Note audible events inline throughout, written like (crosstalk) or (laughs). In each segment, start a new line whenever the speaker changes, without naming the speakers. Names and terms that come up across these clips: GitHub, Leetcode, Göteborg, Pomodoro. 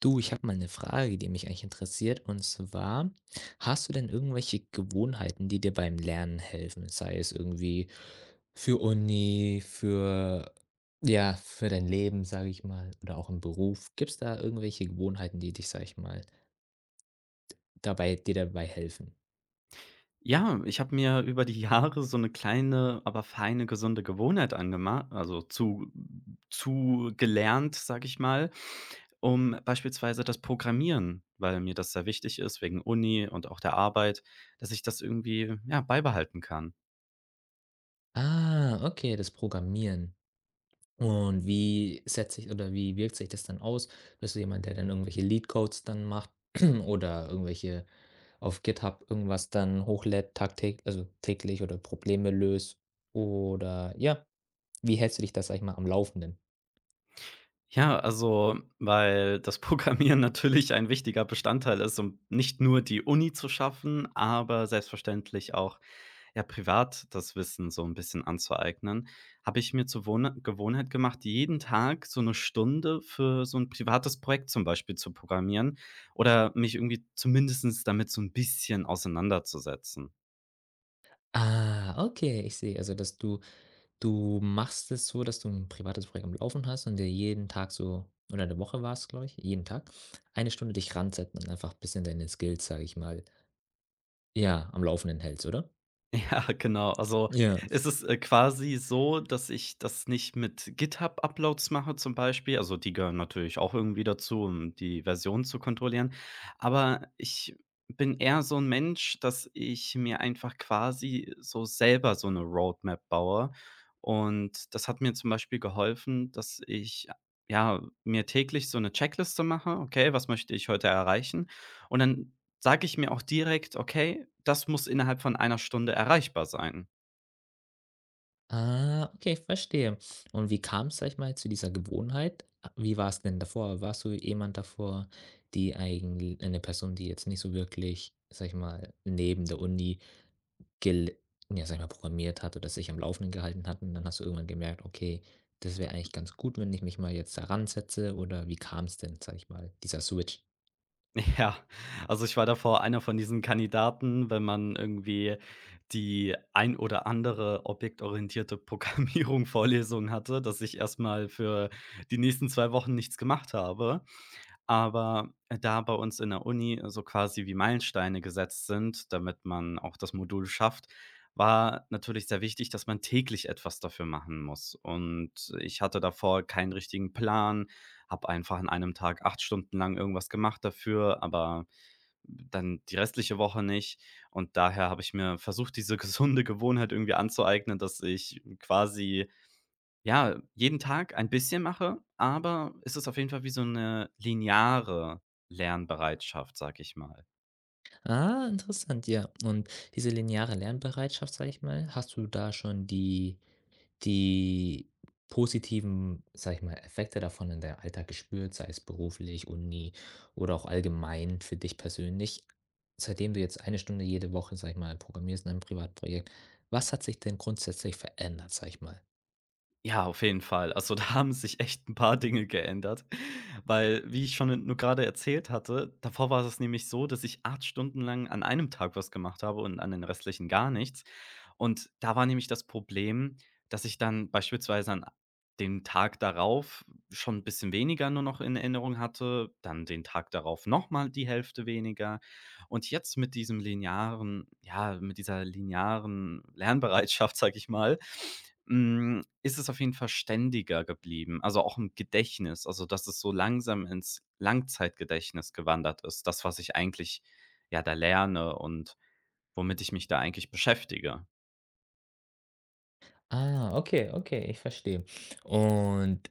Du, ich habe mal eine Frage, die mich eigentlich interessiert. Und zwar, hast du denn irgendwelche Gewohnheiten, die dir beim Lernen helfen? Sei es irgendwie für Uni, ja, für dein Leben, sage ich mal, oder auch im Beruf. Gibt es da irgendwelche Gewohnheiten, die dich, sage ich mal, dir dabei helfen?
Ja, ich habe mir über die Jahre so eine kleine, aber feine, gesunde Gewohnheit angemacht, also zu gelernt, sage ich mal, um beispielsweise das Programmieren, weil mir das sehr wichtig ist wegen Uni und auch der Arbeit, dass ich das irgendwie, ja, beibehalten kann.
Ah, okay, das Programmieren. Und wie setzt sich oder wie wirkt sich das dann aus? Bist du jemand, der dann irgendwelche Leetcodes dann macht (clears throat) oder irgendwelche auf GitHub irgendwas dann hochlädt tagtäglich also täglich oder Probleme löst oder ja, wie hältst du dich das sage ich mal, am Laufenden?
Ja, also, weil das Programmieren (laughs) natürlich ein wichtiger Bestandteil ist, um nicht nur die Uni zu schaffen, aber selbstverständlich auch ja, privat das Wissen so ein bisschen anzueignen, habe ich mir zur Wohne Gewohnheit gemacht, jeden Tag so eine Stunde für so ein privates Projekt zum Beispiel zu programmieren oder mich irgendwie zumindestens damit so ein bisschen auseinanderzusetzen.
Ah, okay, ich sehe. Also, dass du machst es so, dass du ein privates Projekt am Laufen hast und dir jeden Tag so oder eine Woche war's, glaube ich, jeden Tag, 1 Stunde dich ransetzen und einfach ein bisschen deine Skills, sage ich mal, ja, am Laufenden hältst, oder?
Ja, genau. Also,
Ja.
es ist, quasi so, dass ich das nicht mit GitHub-Uploads mache zum Beispiel. Also, die gehören natürlich auch irgendwie dazu, um die Version zu kontrollieren. Aber ich bin eher so ein Mensch, dass ich mir einfach quasi so selber so eine Roadmap baue. Und das hat mir zum Beispiel geholfen, dass ich, ja, mir täglich so eine Checkliste mache: „Okay, was möchte ich heute erreichen?“ Und dann sage ich mir auch direkt: „Okay, das muss innerhalb von einer Stunde erreichbar sein.“
Ah, okay, verstehe. Und wie kam es, sag ich mal, zu dieser Gewohnheit? Wie war es denn davor? Warst du jemand davor, die eigentlich eine Person, die jetzt nicht so wirklich, sag ich mal, neben der Uni gel ja, sag ich mal, programmiert hat oder sich am Laufenden gehalten hat und dann hast du irgendwann gemerkt: „Okay, das wäre eigentlich ganz gut, wenn ich mich mal jetzt daran setze. Oder wie kam es denn, sag ich mal, dieser Switch?
(laughs) Ja, also, ich war davor einer von diesen Kandidaten, wenn man irgendwie die ein oder andere objektorientierte Programmierung (laughs) Vorlesung hatte, dass ich erstmal für die nächsten 2 Wochen nichts gemacht habe. Aber, da bei uns in der Uni so quasi wie Meilensteine gesetzt sind, damit man auch das Modul schafft, war natürlich sehr wichtig, dass man täglich etwas dafür machen muss. Und ich hatte davor keinen richtigen Plan, habe einfach an einem Tag 8 Stunden lang irgendwas gemacht dafür, aber dann die restliche Woche nicht. Und daher habe ich mir versucht, diese (laughs) gesunde Gewohnheit irgendwie anzueignen, dass ich quasi ja, jeden Tag ein bisschen mache, aber es ist auf jeden Fall wie so eine lineare Lernbereitschaft, sag ich mal.
Ah, interessant, ja. Und diese lineare Lernbereitschaft, sag ich mal, hast du da schon die positiven, sage ich mal, Effekte davon in deinem Alltag gespürt, sei es beruflich, Uni oder auch allgemein für dich persönlich? Seitdem du jetzt 1 Stunde jede Woche, sage ich mal, programmierst in einem Privatprojekt, was hat sich denn grundsätzlich verändert, sage ich mal?
Ja, auf jeden Fall. Also, (laughs) da haben sich echt ein paar Dinge geändert, weil, wie ich schon nur gerade erzählt hatte, davor war es nämlich so, dass ich 8 Stunden lang an einem Tag was gemacht habe und an den restlichen gar nichts. Und da war nämlich das Problem, dass ich dann beispielsweise an dem Tag darauf schon ein bisschen weniger nur noch in Erinnerung hatte, dann den Tag darauf noch mal die Hälfte weniger. Und jetzt mit diesem linearen ja, mit dieser linearen Lernbereitschaft, sage ich mal, ist es auf jeden Fall ständiger geblieben, also auch im Gedächtnis, also dass es so langsam ins Langzeitgedächtnis gewandert ist, das, was ich eigentlich, ja, da lerne und womit ich mich da eigentlich beschäftige.
Ah, okay, okay, ich verstehe. Und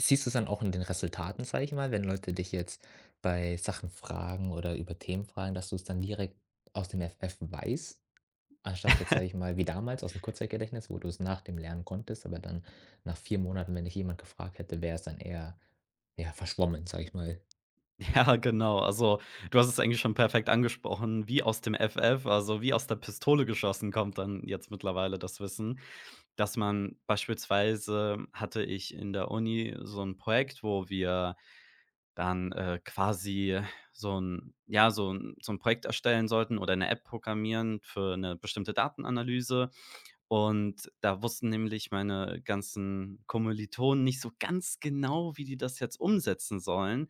siehst du's dann auch in den Resultaten, sage ich mal, wenn Leute dich jetzt bei Sachen fragen oder über Themen fragen, dass du es dann direkt aus dem FF weißt? Anstatt jetzt, sage
(laughs)
ich mal, wie damals aus dem Kurzzeitgedächtnis, wo du es nach dem Lernen konntest, aber dann nach 4 Monaten, wenn dich jemand gefragt hätte, wäre es dann eher, ja, verschwommen, sage ich mal.
Ja, genau. Also, du hast es eigentlich schon perfekt angesprochen, wie aus dem FF, also wie aus der Pistole geschossen kommt dann jetzt mittlerweile das Wissen. Dass man beispielsweise hatte ich in der Uni so ein Projekt, wo wir dann, quasi so ein ja, so 'n so ein Projekt erstellen sollten oder eine App programmieren für eine bestimmte Datenanalyse. Und da wussten nämlich meine ganzen Kommilitonen nicht so ganz genau, wie die das jetzt umsetzen sollen,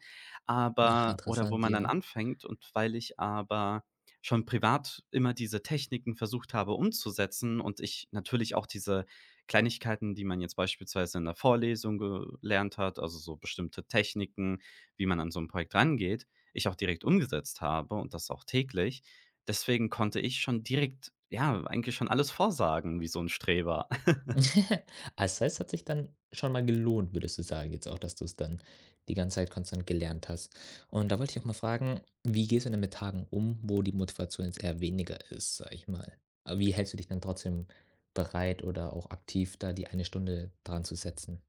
Ach,
aber oder wo
interessant,
man dann
ja. (laughs)
anfängt. Und weil ich aber schon privat immer diese Techniken versucht habe umzusetzen und ich natürlich auch diese Kleinigkeiten, die man jetzt beispielsweise in der Vorlesung gelernt hat, also so bestimmte Techniken, wie man an so 'n Projekt rangeht, ich auch direkt umgesetzt habe und das auch täglich, deswegen konnte ich schon direkt, ja, eigentlich schon alles vorsagen wie so ein Streber.
Also, das heißt, es hat sich dann schon mal gelohnt, würdest du sagen jetzt auch, dass du es dann die ganze Zeit konstant gelernt hast. Und da wollte ich auch mal fragen, wie gehst du denn mit Tagen um, wo die Motivation jetzt eher weniger ist, sage ich mal? Aber wie hältst du dich dann trotzdem bereit oder auch aktiv, da die 1 Stunde dran zu setzen?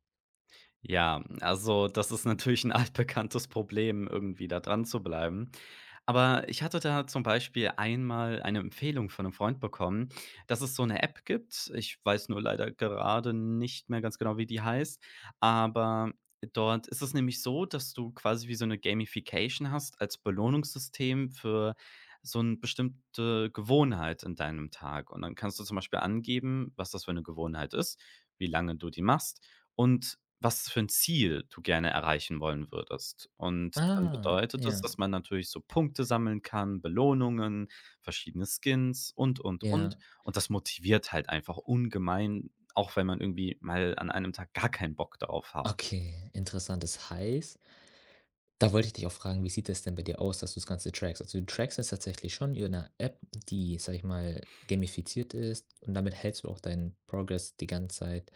Ja, also das ist natürlich ein (laughs) altbekanntes Problem, irgendwie da dran zu bleiben. Aber ich hatte da zum Beispiel einmal eine Empfehlung von einem Freund bekommen, dass es so eine App gibt. Ich weiß nur leider gerade nicht mehr ganz genau, wie die heißt, aber dort ist es nämlich so, dass du quasi wie so eine Gamification hast als Belohnungssystem für so eine bestimmte Gewohnheit in deinem Tag. Und dann kannst du zum Beispiel angeben, was das für eine Gewohnheit ist, wie lange du die machst und was für ein Ziel du gerne erreichen wollen würdest. Und dann
Ah,
bedeutet es,
ja,
dass man natürlich so Punkte sammeln kann, Belohnungen, verschiedene Skins und, und.
ja.
Und das motiviert halt einfach ungemein, auch wenn man irgendwie mal an einem Tag gar keinen Bock darauf hat.
Okay, interessant. Das heißt, da wollte ich dich auch fragen, wie sieht es denn bei dir aus, dass du das Ganze trackst? Also, du trackst es tatsächlich schon in 'ner App, die, sage ich mal, gamifiziert ist und damit hältst du auch deinen Progress die ganze Zeit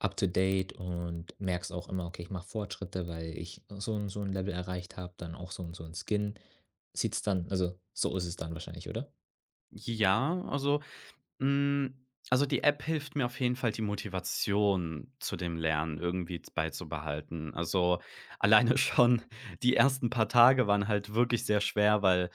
up to date und merkst auch immer: „Okay, ich mache Fortschritte, weil ich so und so ein Level erreicht habe, dann auch so und so ein Skin.“ Sieht's dann also, so ist es dann wahrscheinlich, oder?
Ja, also, hm also, die App hilft mir auf jeden Fall, die Motivation zu dem Lernen irgendwie z beizubehalten. Also, alleine (laughs) schon die ersten paar Tage waren halt wirklich sehr schwer, weil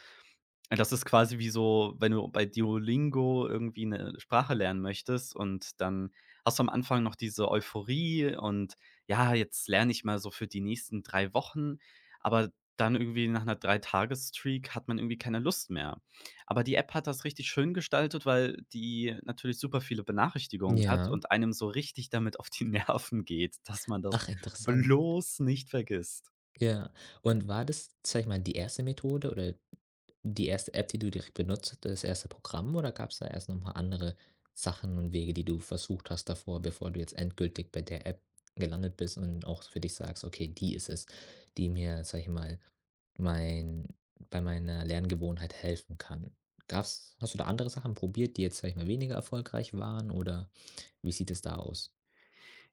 das ist quasi wie so, wenn du bei Duolingo irgendwie 'ne Sprache lernen möchtest und dann hast du am Anfang noch diese Euphorie und: „Ja, jetzt lerne ich mal so für die nächsten 3 Wochen“, aber dann irgendwie nach 'ner Dreitages-Streak hat man irgendwie keine Lust mehr. Aber die App hat das richtig schön gestaltet, weil die natürlich super viele Benachrichtigungen hat
Ja.
und einem so richtig damit auf die (laughs) Nerven geht, dass man das
Ach, interessant.
bloß nicht vergisst.
Ja. Und war das, sag ich mal, die erste Methode oder die erste App, die du direkt benutzt hast, das erste Programm oder gab es da erst noch mal andere Sachen und Wege, die du versucht hast davor, bevor du jetzt endgültig bei der App gelandet bist und auch für dich sagst: „Okay, die ist es, die mir, sag ich mal, mein bei meiner Lerngewohnheit helfen kann.“ Gab's hast du da andere Sachen probiert, die jetzt, sag ich mal, weniger erfolgreich waren oder wie sieht es da aus?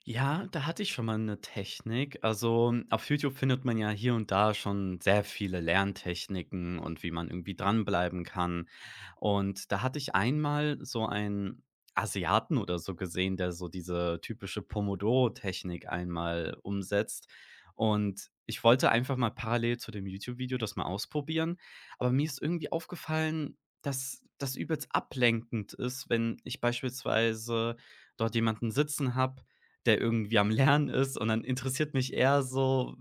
Ja, da hatte ich schon mal eine Technik. Also, auf YouTube findet man ja hier und da schon sehr viele Lerntechniken und wie man irgendwie dranbleiben kann. Und da hatte ich einmal so einen Asiaten oder so gesehen, der so diese typische Pomodoro-Technik einmal umsetzt. Und ich wollte einfach mal parallel zu dem YouTube-Video das mal ausprobieren, aber mir ist irgendwie aufgefallen, dass das übelst ablenkend ist, wenn ich beispielsweise dort jemanden sitzen habe, der irgendwie am Lernen ist und dann interessiert mich eher so,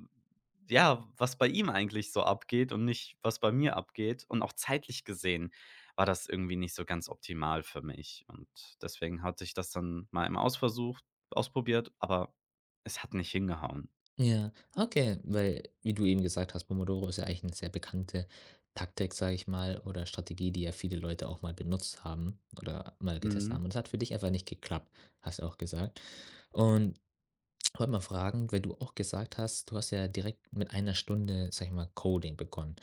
ja, was bei ihm eigentlich so abgeht und nicht, was bei mir abgeht. Und auch zeitlich gesehen war das irgendwie nicht so ganz optimal für mich. Und deswegen hatte ich das dann mal im Ausversuch ausprobiert, aber es hat nicht hingehauen.
Ja, okay, weil wie du eben gesagt hast, Pomodoro ist ja eigentlich eine sehr bekannte Taktik, sage ich mal, oder Strategie, die ja viele Leute auch mal benutzt haben oder mal getestet
Mhm,
haben. Und es hat für dich einfach nicht geklappt, hast du auch gesagt. Und wollte mal fragen, weil du auch gesagt hast, du hast ja direkt mit 1 Stunde, sag ich mal, Coding begonnen.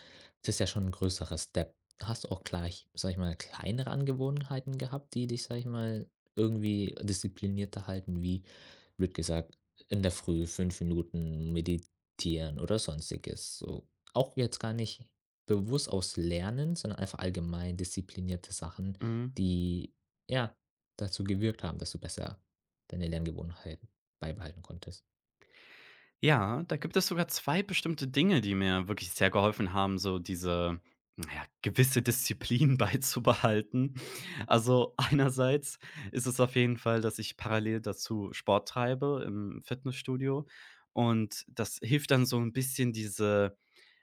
Das ist ja schon ein größerer Step. Hast du auch gleich, sag ich mal, kleinere Angewohnheiten gehabt, die dich, sag ich mal, irgendwie disziplinierter halten, wie, blöd gesagt, in der Früh 5 Minuten meditieren oder sonstiges. So, auch jetzt gar nicht bewusst aus Lernen, sondern einfach allgemein disziplinierte Sachen,
mhm.
die ja dazu gewirkt haben, dass du besser deine Lerngewohnheiten beibehalten konntest.
Ja, da gibt es sogar 2 bestimmte Dinge, die mir wirklich sehr geholfen haben, so diese, na ja, gewisse Disziplin (laughs) beizubehalten. Also, einerseits ist es auf jeden Fall, dass ich parallel dazu Sport treibe im Fitnessstudio und das hilft dann so ein bisschen diese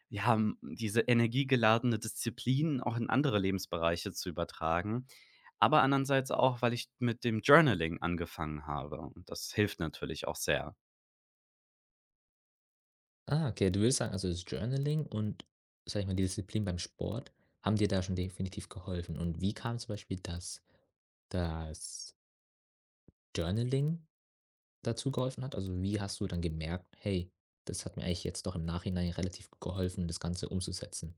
ja, diese energiegeladene Disziplin auch in andere Lebensbereiche zu übertragen. Aber andererseits auch, weil ich mit dem Journaling angefangen habe und das hilft natürlich auch sehr.
Ah, okay, du würdest sagen, also das Journaling und, sage ich mal, die Disziplin beim Sport haben dir da schon definitiv geholfen. Und wie kam zum Beispiel, dass das Journaling dazu geholfen hat? Also wie hast du dann gemerkt, hey, das hat mir eigentlich jetzt doch im Nachhinein relativ gut geholfen, das Ganze umzusetzen?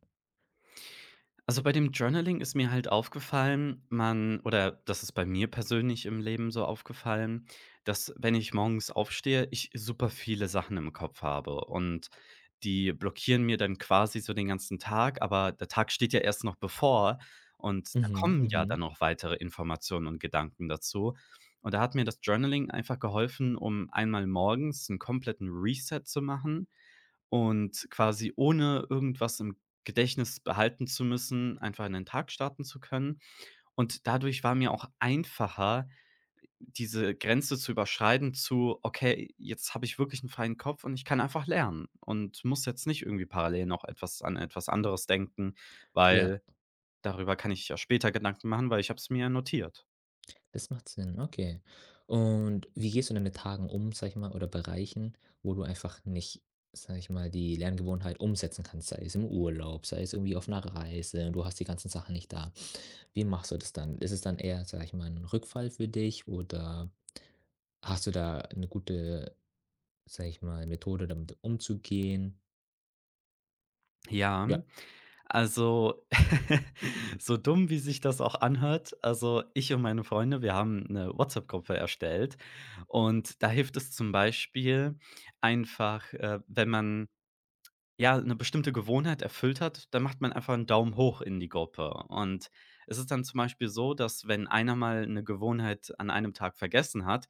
Also, bei dem Journaling ist mir halt aufgefallen, man oder das ist bei mir persönlich im Leben so aufgefallen, dass, wenn ich morgens aufstehe, ich super viele Sachen im Kopf habe und die blockieren mir dann quasi so den ganzen Tag, aber der Tag steht ja erst noch bevor und da
Mhm,
kommen ja
mhm.
dann noch weitere Informationen und Gedanken dazu. Und da hat mir das Journaling einfach geholfen, um einmal morgens einen kompletten Reset zu machen und quasi ohne irgendwas im Gedächtnis behalten zu müssen, einfach in den Tag starten zu können. Und dadurch war mir auch einfacher, diese Grenze zu überschreiten zu: „Okay, jetzt habe ich wirklich einen freien Kopf und ich kann einfach lernen und muss jetzt nicht irgendwie parallel noch etwas an etwas anderes denken,
Ja.
weil darüber kann ich ja später Gedanken machen, weil ich habe es mir ja notiert.“
Das macht Sinn, okay. Und wie gehst du denn mit Tagen um, sag ich mal, oder Bereichen, wo du einfach nicht, sag ich mal, die Lerngewohnheit umsetzen kannst, sei es im Urlaub, sei es irgendwie auf einer Reise und du hast die ganzen Sachen nicht da. Wie machst du das dann? Ist es dann eher, sag ich mal, ein Rückfall für dich oder hast du da eine gute, sag ich mal, Methode, damit umzugehen?
Ja,
Ja,
also, (laughs) so dumm, wie sich das auch anhört, also, ich und meine Freunde, wir haben eine WhatsApp-Gruppe erstellt und da hilft es zum Beispiel einfach, wenn man ja, eine bestimmte Gewohnheit erfüllt hat, dann macht man einfach einen Daumen hoch in die Gruppe. Und es ist dann zum Beispiel so, dass wenn einer mal eine Gewohnheit an einem Tag vergessen hat,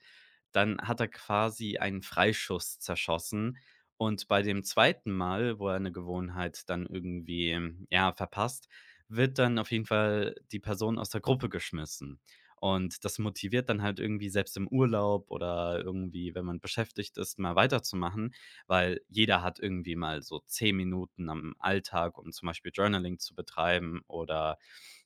dann hat er quasi einen Freischuss zerschossen. Und bei dem zweiten Mal, wo er eine Gewohnheit dann irgendwie, ja, verpasst, wird dann auf jeden Fall die Person aus der Gruppe geschmissen. Und das motiviert dann halt irgendwie selbst im Urlaub oder irgendwie, wenn man beschäftigt ist, mal weiterzumachen, weil jeder hat irgendwie mal so 10 Minuten am Alltag, um zum Beispiel Journaling zu betreiben oder,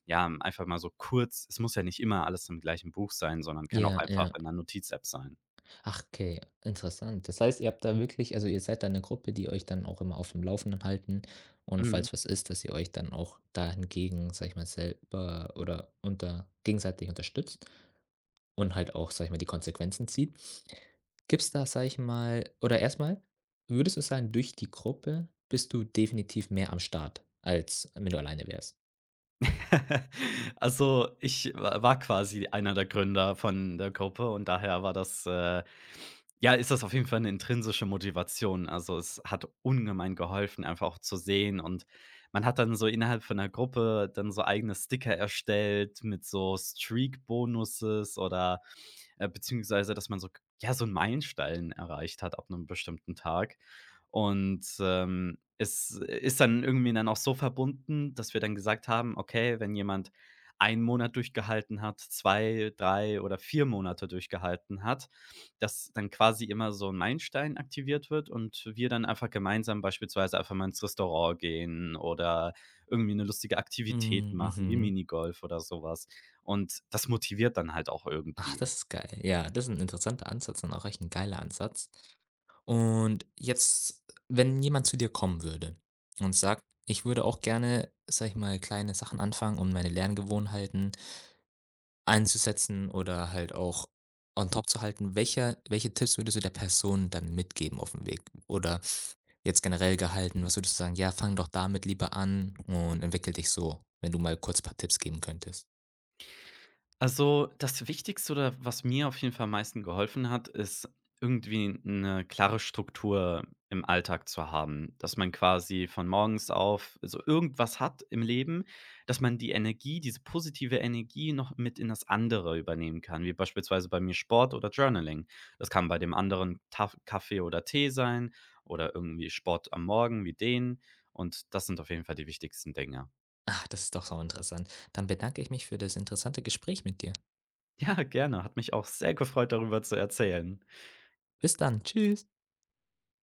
ja, einfach mal so kurz es muss ja nicht immer alles im gleichen Buch sein, sondern kann auch
ja,
einfach
ja.
in einer Notiz-App sein.
Ach, okay, interessant. Das heißt, ihr habt da wirklich also ihr seid da eine Gruppe, die euch dann auch immer auf dem Laufenden halten und
Mhm.
falls was ist, dass ihr euch dann auch da hingegen, sage ich mal, selber oder unter gegenseitig unterstützt und halt auch, sage ich mal, die Konsequenzen zieht. Gibt's da, sage ich mal oder erstmal, würdest du sagen, durch die Gruppe bist du definitiv mehr am Start, als wenn du alleine wärst?
(laughs) Also, ich wa war quasi einer der Gründer von der Gruppe und daher war das, ja, ist das auf jeden Fall eine intrinsische Motivation. Also, es hat ungemein geholfen, einfach auch zu sehen und man hat dann so innerhalb von der Gruppe dann so eigene Sticker erstellt mit so Streak-Bonuses oder beziehungsweise dass man so ja, so einen Meilenstein erreicht hat ab einem bestimmten Tag. Und, es ist dann irgendwie dann auch so verbunden, dass wir dann gesagt haben: „Okay, wenn jemand einen Monat durchgehalten hat, 2, 3 oder 4 Monate durchgehalten hat“, dass dann quasi immer so ein Meilenstein aktiviert wird und wir dann einfach gemeinsam beispielsweise einfach mal ins Restaurant gehen oder irgendwie eine lustige Aktivität
Hm,
machen wie
mhm.
Minigolf oder sowas. Und das motiviert dann halt auch
Ach,
irgendwie.
das ist geil. Ja, das ist ein interessanter Ansatz und auch echt ein geiler Ansatz. Und jetzt, wenn jemand zu dir kommen würde und sagt: „Ich würde auch gerne, sage ich mal, kleine Sachen anfangen, um meine Lerngewohnheiten einzusetzen oder halt auch on top zu halten.“ Welche Tipps würdest du der Person dann mitgeben auf dem Weg? Oder jetzt generell gehalten, was würdest du sagen: „Ja, fang doch damit lieber an und entwickel dich so“, wenn du mal kurz ein paar Tipps geben könntest?
Also, das Wichtigste oder was mir auf jeden Fall am meisten geholfen hat, ist irgendwie eine klare Struktur im Alltag zu haben, dass man quasi von morgens auf so irgendwas hat im Leben, dass man die Energie, diese positive Energie noch mit in das andere übernehmen kann, wie beispielsweise bei mir Sport oder Journaling. Das kann bei dem anderen Taf Kaffee oder Tee sein oder irgendwie Sport am Morgen wie den und das sind auf jeden Fall die wichtigsten Dinge.
Ah, das ist doch so interessant. Dann bedanke ich mich für das interessante Gespräch mit dir.
Ja, gerne, hat mich auch sehr gefreut, darüber zu erzählen.
Bis dann. Tschüss.